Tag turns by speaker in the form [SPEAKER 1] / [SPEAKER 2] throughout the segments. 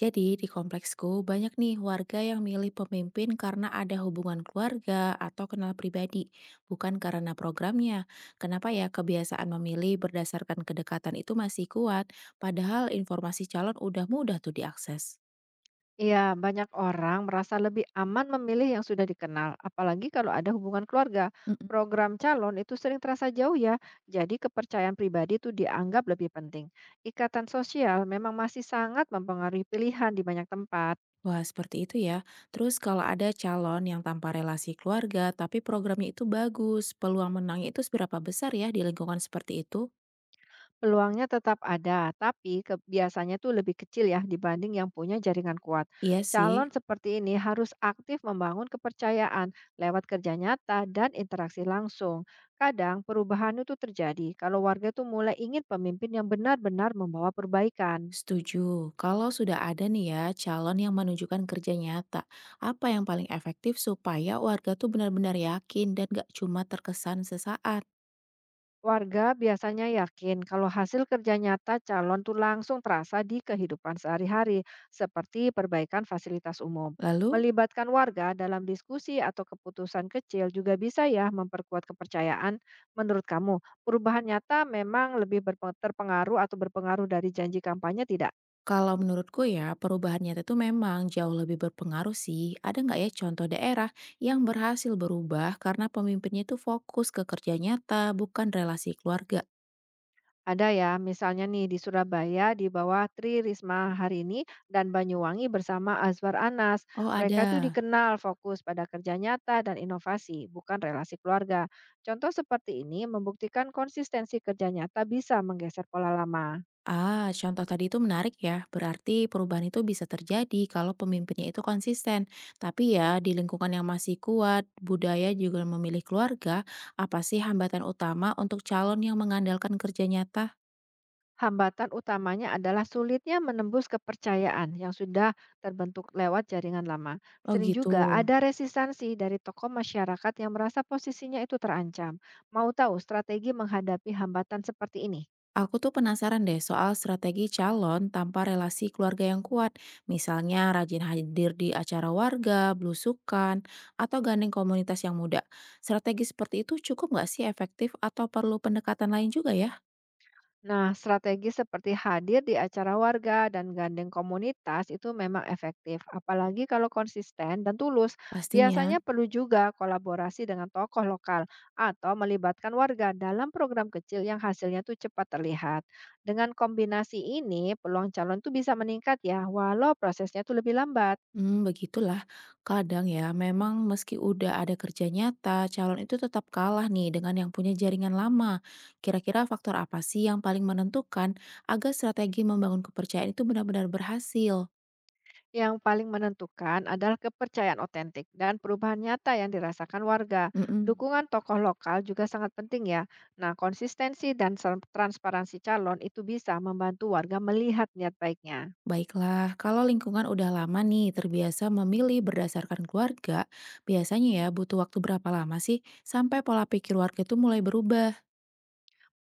[SPEAKER 1] Jadi di kompleksku banyak nih warga yang milih pemimpin karena ada hubungan keluarga atau kenal pribadi, bukan karena programnya. Kenapa ya kebiasaan memilih berdasarkan kedekatan itu masih kuat, padahal informasi calon udah mudah tuh diakses.
[SPEAKER 2] Iya, banyak orang merasa lebih aman memilih yang sudah dikenal, apalagi kalau ada hubungan keluarga.
[SPEAKER 1] Mm-mm.
[SPEAKER 2] Program calon itu sering terasa jauh ya, jadi kepercayaan pribadi itu dianggap lebih penting. Ikatan sosial memang masih sangat mempengaruhi pilihan di banyak tempat.
[SPEAKER 1] Wah, seperti itu ya. Terus kalau ada calon yang tanpa relasi keluarga tapi programnya itu bagus, peluang menangnya itu seberapa besar ya di lingkungan seperti itu?
[SPEAKER 2] Peluangnya tetap ada, tapi biasanya tuh lebih kecil ya dibanding yang punya jaringan kuat.
[SPEAKER 1] Iya
[SPEAKER 2] Calon
[SPEAKER 1] sih.
[SPEAKER 2] seperti ini harus aktif membangun kepercayaan lewat kerja nyata dan interaksi langsung. Kadang perubahan itu terjadi kalau warga tuh mulai ingin pemimpin yang benar-benar membawa perbaikan.
[SPEAKER 1] Setuju. Kalau sudah ada nih ya calon yang menunjukkan kerja nyata, apa yang paling efektif supaya warga tuh benar-benar yakin dan gak cuma terkesan sesaat?
[SPEAKER 2] Warga biasanya yakin kalau hasil kerja nyata calon tuh langsung terasa di kehidupan sehari-hari, seperti perbaikan fasilitas umum.
[SPEAKER 1] Lalu,
[SPEAKER 2] Melibatkan warga dalam diskusi atau keputusan kecil juga bisa ya memperkuat kepercayaan. Menurut kamu, perubahan nyata memang lebih terpengaruh atau berpengaruh dari janji kampanye tidak?
[SPEAKER 1] kalau menurutku ya perubahan nyata tuh memang jauh lebih berpengaruh sih. Ada nggak ya contoh daerah yang berhasil berubah karena pemimpinnya tuh fokus ke kerja nyata, bukan relasi keluarga?
[SPEAKER 2] Ada ya, misalnya nih di Surabaya di bawah Tri Risma hari ini dan Banyuwangi bersama Azwar Anas.
[SPEAKER 1] Oh
[SPEAKER 2] Mereka tuh
[SPEAKER 1] ada.
[SPEAKER 2] dikenal fokus pada kerja nyata dan inovasi, bukan relasi keluarga. Contoh seperti ini membuktikan konsistensi kerja nyata bisa menggeser pola lama.
[SPEAKER 1] Ah, contoh tadi itu menarik ya. Berarti perubahan itu bisa terjadi kalau pemimpinnya itu konsisten. Tapi ya, di lingkungan yang masih kuat, budaya juga memilih keluarga, apa sih hambatan utama untuk calon yang mengandalkan kerja nyata?
[SPEAKER 2] Hambatan utamanya adalah sulitnya menembus kepercayaan yang sudah terbentuk lewat jaringan lama.
[SPEAKER 1] Oh
[SPEAKER 2] Sering
[SPEAKER 1] gitu.
[SPEAKER 2] juga ada resistansi dari tokoh masyarakat yang merasa posisinya itu terancam. Mau tahu strategi menghadapi hambatan seperti ini?
[SPEAKER 1] Aku tuh penasaran deh soal strategi calon tanpa relasi keluarga yang kuat. Misalnya rajin hadir di acara warga, belusukan, atau gandeng komunitas yang muda. Strategi seperti itu cukup nggak sih efektif atau perlu pendekatan lain juga ya?
[SPEAKER 2] Nah, strategi seperti hadir di acara warga dan gandeng komunitas itu memang efektif, apalagi kalau konsisten dan tulus.
[SPEAKER 1] Pastinya.
[SPEAKER 2] Biasanya perlu juga kolaborasi dengan tokoh lokal atau melibatkan warga dalam program kecil yang hasilnya tuh cepat terlihat. Dengan kombinasi ini, peluang calon tuh bisa meningkat ya, walau prosesnya tuh lebih lambat.
[SPEAKER 1] Mmm, begitulah. Kadang ya, memang meski udah ada kerja nyata, calon itu tetap kalah nih dengan yang punya jaringan lama. Kira-kira faktor apa sih yang paling menentukan agar strategi membangun kepercayaan itu benar-benar berhasil?
[SPEAKER 2] Yang paling menentukan adalah kepercayaan otentik dan perubahan nyata yang dirasakan warga.
[SPEAKER 1] Mhm.
[SPEAKER 2] Dukungan tokoh lokal juga sangat penting ya. Nah, konsistensi dan transparansi calon itu bisa membantu warga melihat niat baiknya.
[SPEAKER 1] Baiklah, kalau lingkungan udah lama nih terbiasa memilih berdasarkan keluarga, biasanya ya butuh waktu berapa lama sih sampai pola pikir warga itu mulai berubah?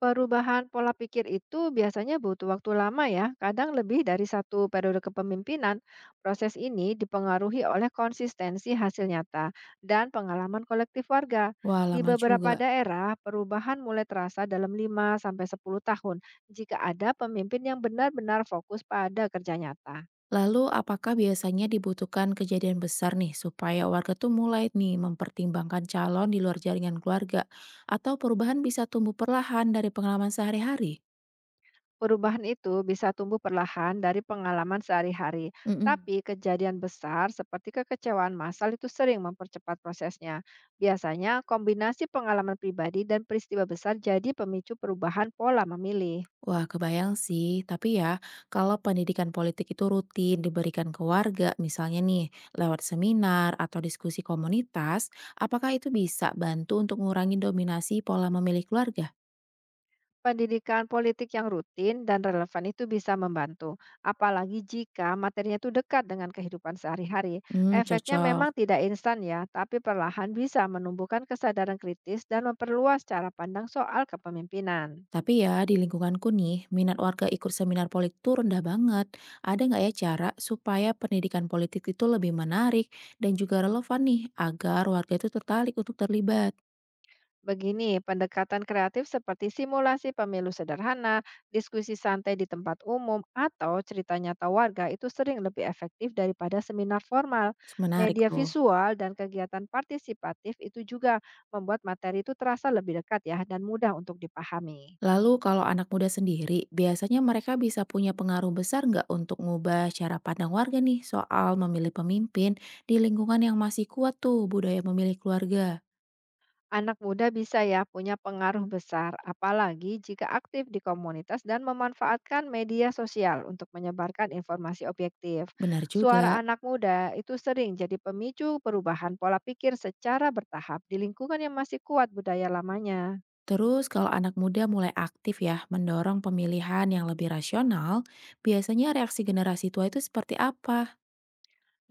[SPEAKER 2] Perubahan pola pikir itu biasanya butuh waktu lama ya, kadang lebih dari satu periode kepemimpinan. Proses ini dipengaruhi oleh konsistensi hasil nyata dan pengalaman kolektif warga.
[SPEAKER 1] Wah,
[SPEAKER 2] Di
[SPEAKER 1] lama
[SPEAKER 2] beberapa
[SPEAKER 1] juga.
[SPEAKER 2] daerah, perubahan mulai terasa dalam 5 sampai 10 tahun jika ada pemimpin yang benar-benar fokus pada kerja nyata.
[SPEAKER 1] Lalu apakah biasanya dibutuhkan kejadian besar nih supaya warga tuh mulai nih mempertimbangkan calon di luar jaringan keluarga atau perubahan bisa tumbuh perlahan dari pengalaman sehari-hari?
[SPEAKER 2] Perubahan itu bisa tumbuh perlahan dari pengalaman sehari-hari,
[SPEAKER 1] Mm-mm.
[SPEAKER 2] tapi kejadian besar seperti kekecewaan massal itu sering mempercepat prosesnya. Biasanya, kombinasi pengalaman pribadi dan peristiwa besar jadi pemicu perubahan pola memilih.
[SPEAKER 1] Wah, kebayang sih. Tapi ya, kalau pendidikan politik itu rutin diberikan ke warga, misalnya nih lewat seminar atau diskusi komunitas, apakah itu bisa bantu untuk mengurangi dominasi pola memilih keluarga?
[SPEAKER 2] Pendidikan politik yang rutin dan relevan itu bisa membantu, apalagi jika materinya itu dekat dengan kehidupan sehari-hari.
[SPEAKER 1] Hmm,
[SPEAKER 2] Efeknya memang
[SPEAKER 1] cocok.
[SPEAKER 2] tidak instan ya, tapi perlahan bisa menumbuhkan kesadaran kritis dan memperluas cara pandang soal kepemimpinan.
[SPEAKER 1] Tapi ya, di lingkunganku nih, minat warga ikut seminar politik tuh rendah banget. Ada nggak ya cara supaya pendidikan politik itu lebih menarik dan juga relevan nih, agar warga itu tertarik untuk terlibat?
[SPEAKER 2] Begini, pendekatan kreatif seperti simulasi pemilu sederhana, diskusi santai di tempat umum, atau cerita nyata warga itu sering lebih efektif daripada seminar formal.
[SPEAKER 1] Menarik
[SPEAKER 2] Media
[SPEAKER 1] tuh.
[SPEAKER 2] visual dan kegiatan partisipatif itu juga membuat materi itu terasa lebih dekat ya dan mudah untuk dipahami.
[SPEAKER 1] Lalu kalau anak muda sendiri, biasanya mereka bisa punya pengaruh besar nggak untuk ngubah cara pandang warga nih soal memilih pemimpin di lingkungan yang masih kuat tuh budaya memilih keluarga?
[SPEAKER 2] Anak muda bisa ya punya pengaruh besar, apalagi jika aktif di komunitas dan memanfaatkan media sosial untuk menyebarkan informasi objektif.
[SPEAKER 1] Benar
[SPEAKER 2] Suara
[SPEAKER 1] juga.
[SPEAKER 2] anak muda itu sering jadi pemicu perubahan pola pikir secara bertahap di lingkungan yang masih kuat budaya lamanya.
[SPEAKER 1] Terus kalau anak muda mulai aktif ya, mendorong pemilihan yang lebih rasional, biasanya reaksi generasi tua itu seperti apa?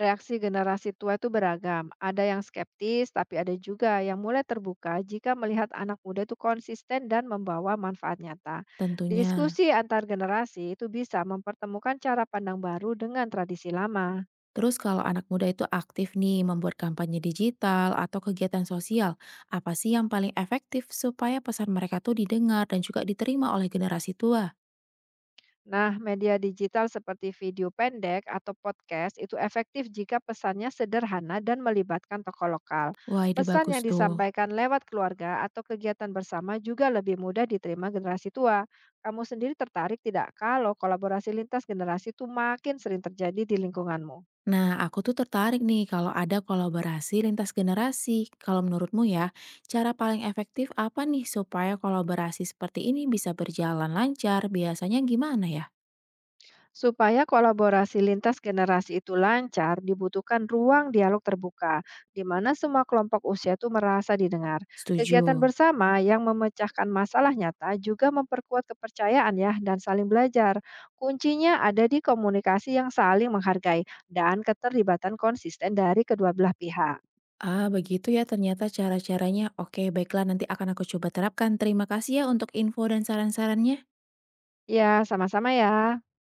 [SPEAKER 2] Reaksi generasi tua itu beragam. Ada yang skeptis, tapi ada juga yang mulai terbuka jika melihat anak muda itu konsisten dan membawa manfaat nyata.
[SPEAKER 1] Tentunya.
[SPEAKER 2] Diskusi antar generasi itu bisa mempertemukan cara pandang baru dengan tradisi lama.
[SPEAKER 1] Terus kalau anak muda itu aktif nih membuat kampanye digital atau kegiatan sosial, apa sih yang paling efektif supaya pesan mereka tuh didengar dan juga diterima oleh generasi tua?
[SPEAKER 2] Nah, media digital seperti video pendek atau podcast itu efektif jika pesannya sederhana dan melibatkan tokoh lokal.
[SPEAKER 1] Wah, ide
[SPEAKER 2] Pesan
[SPEAKER 1] bagus
[SPEAKER 2] yang
[SPEAKER 1] tuh.
[SPEAKER 2] disampaikan lewat keluarga atau kegiatan bersama juga lebih mudah diterima generasi tua. Kamu sendiri tertarik tidak kalau kolaborasi lintas generasi itu makin sering terjadi di lingkunganmu?
[SPEAKER 1] Nah, aku tuh tertarik nih kalau ada kolaborasi lintas generasi. Kalau menurutmu ya, cara paling efektif apa nih supaya kolaborasi seperti ini bisa berjalan lancar? Biasanya gimana ya?
[SPEAKER 2] Supaya kolaborasi lintas generasi itu lancar, dibutuhkan ruang dialog terbuka, di mana semua kelompok usia itu merasa didengar. Kegiatan
[SPEAKER 1] Setuju.
[SPEAKER 2] bersama yang memecahkan masalah nyata juga memperkuat kepercayaan ya dan saling belajar. Kuncinya ada di komunikasi yang saling menghargai dan keterlibatan konsisten dari kedua belah pihak.
[SPEAKER 1] Ah, begitu ya ternyata cara-caranya. Oke, baiklah nanti akan aku coba terapkan. Terima kasih ya untuk info dan saran-sarannya.
[SPEAKER 2] Ya, sama-sama ya.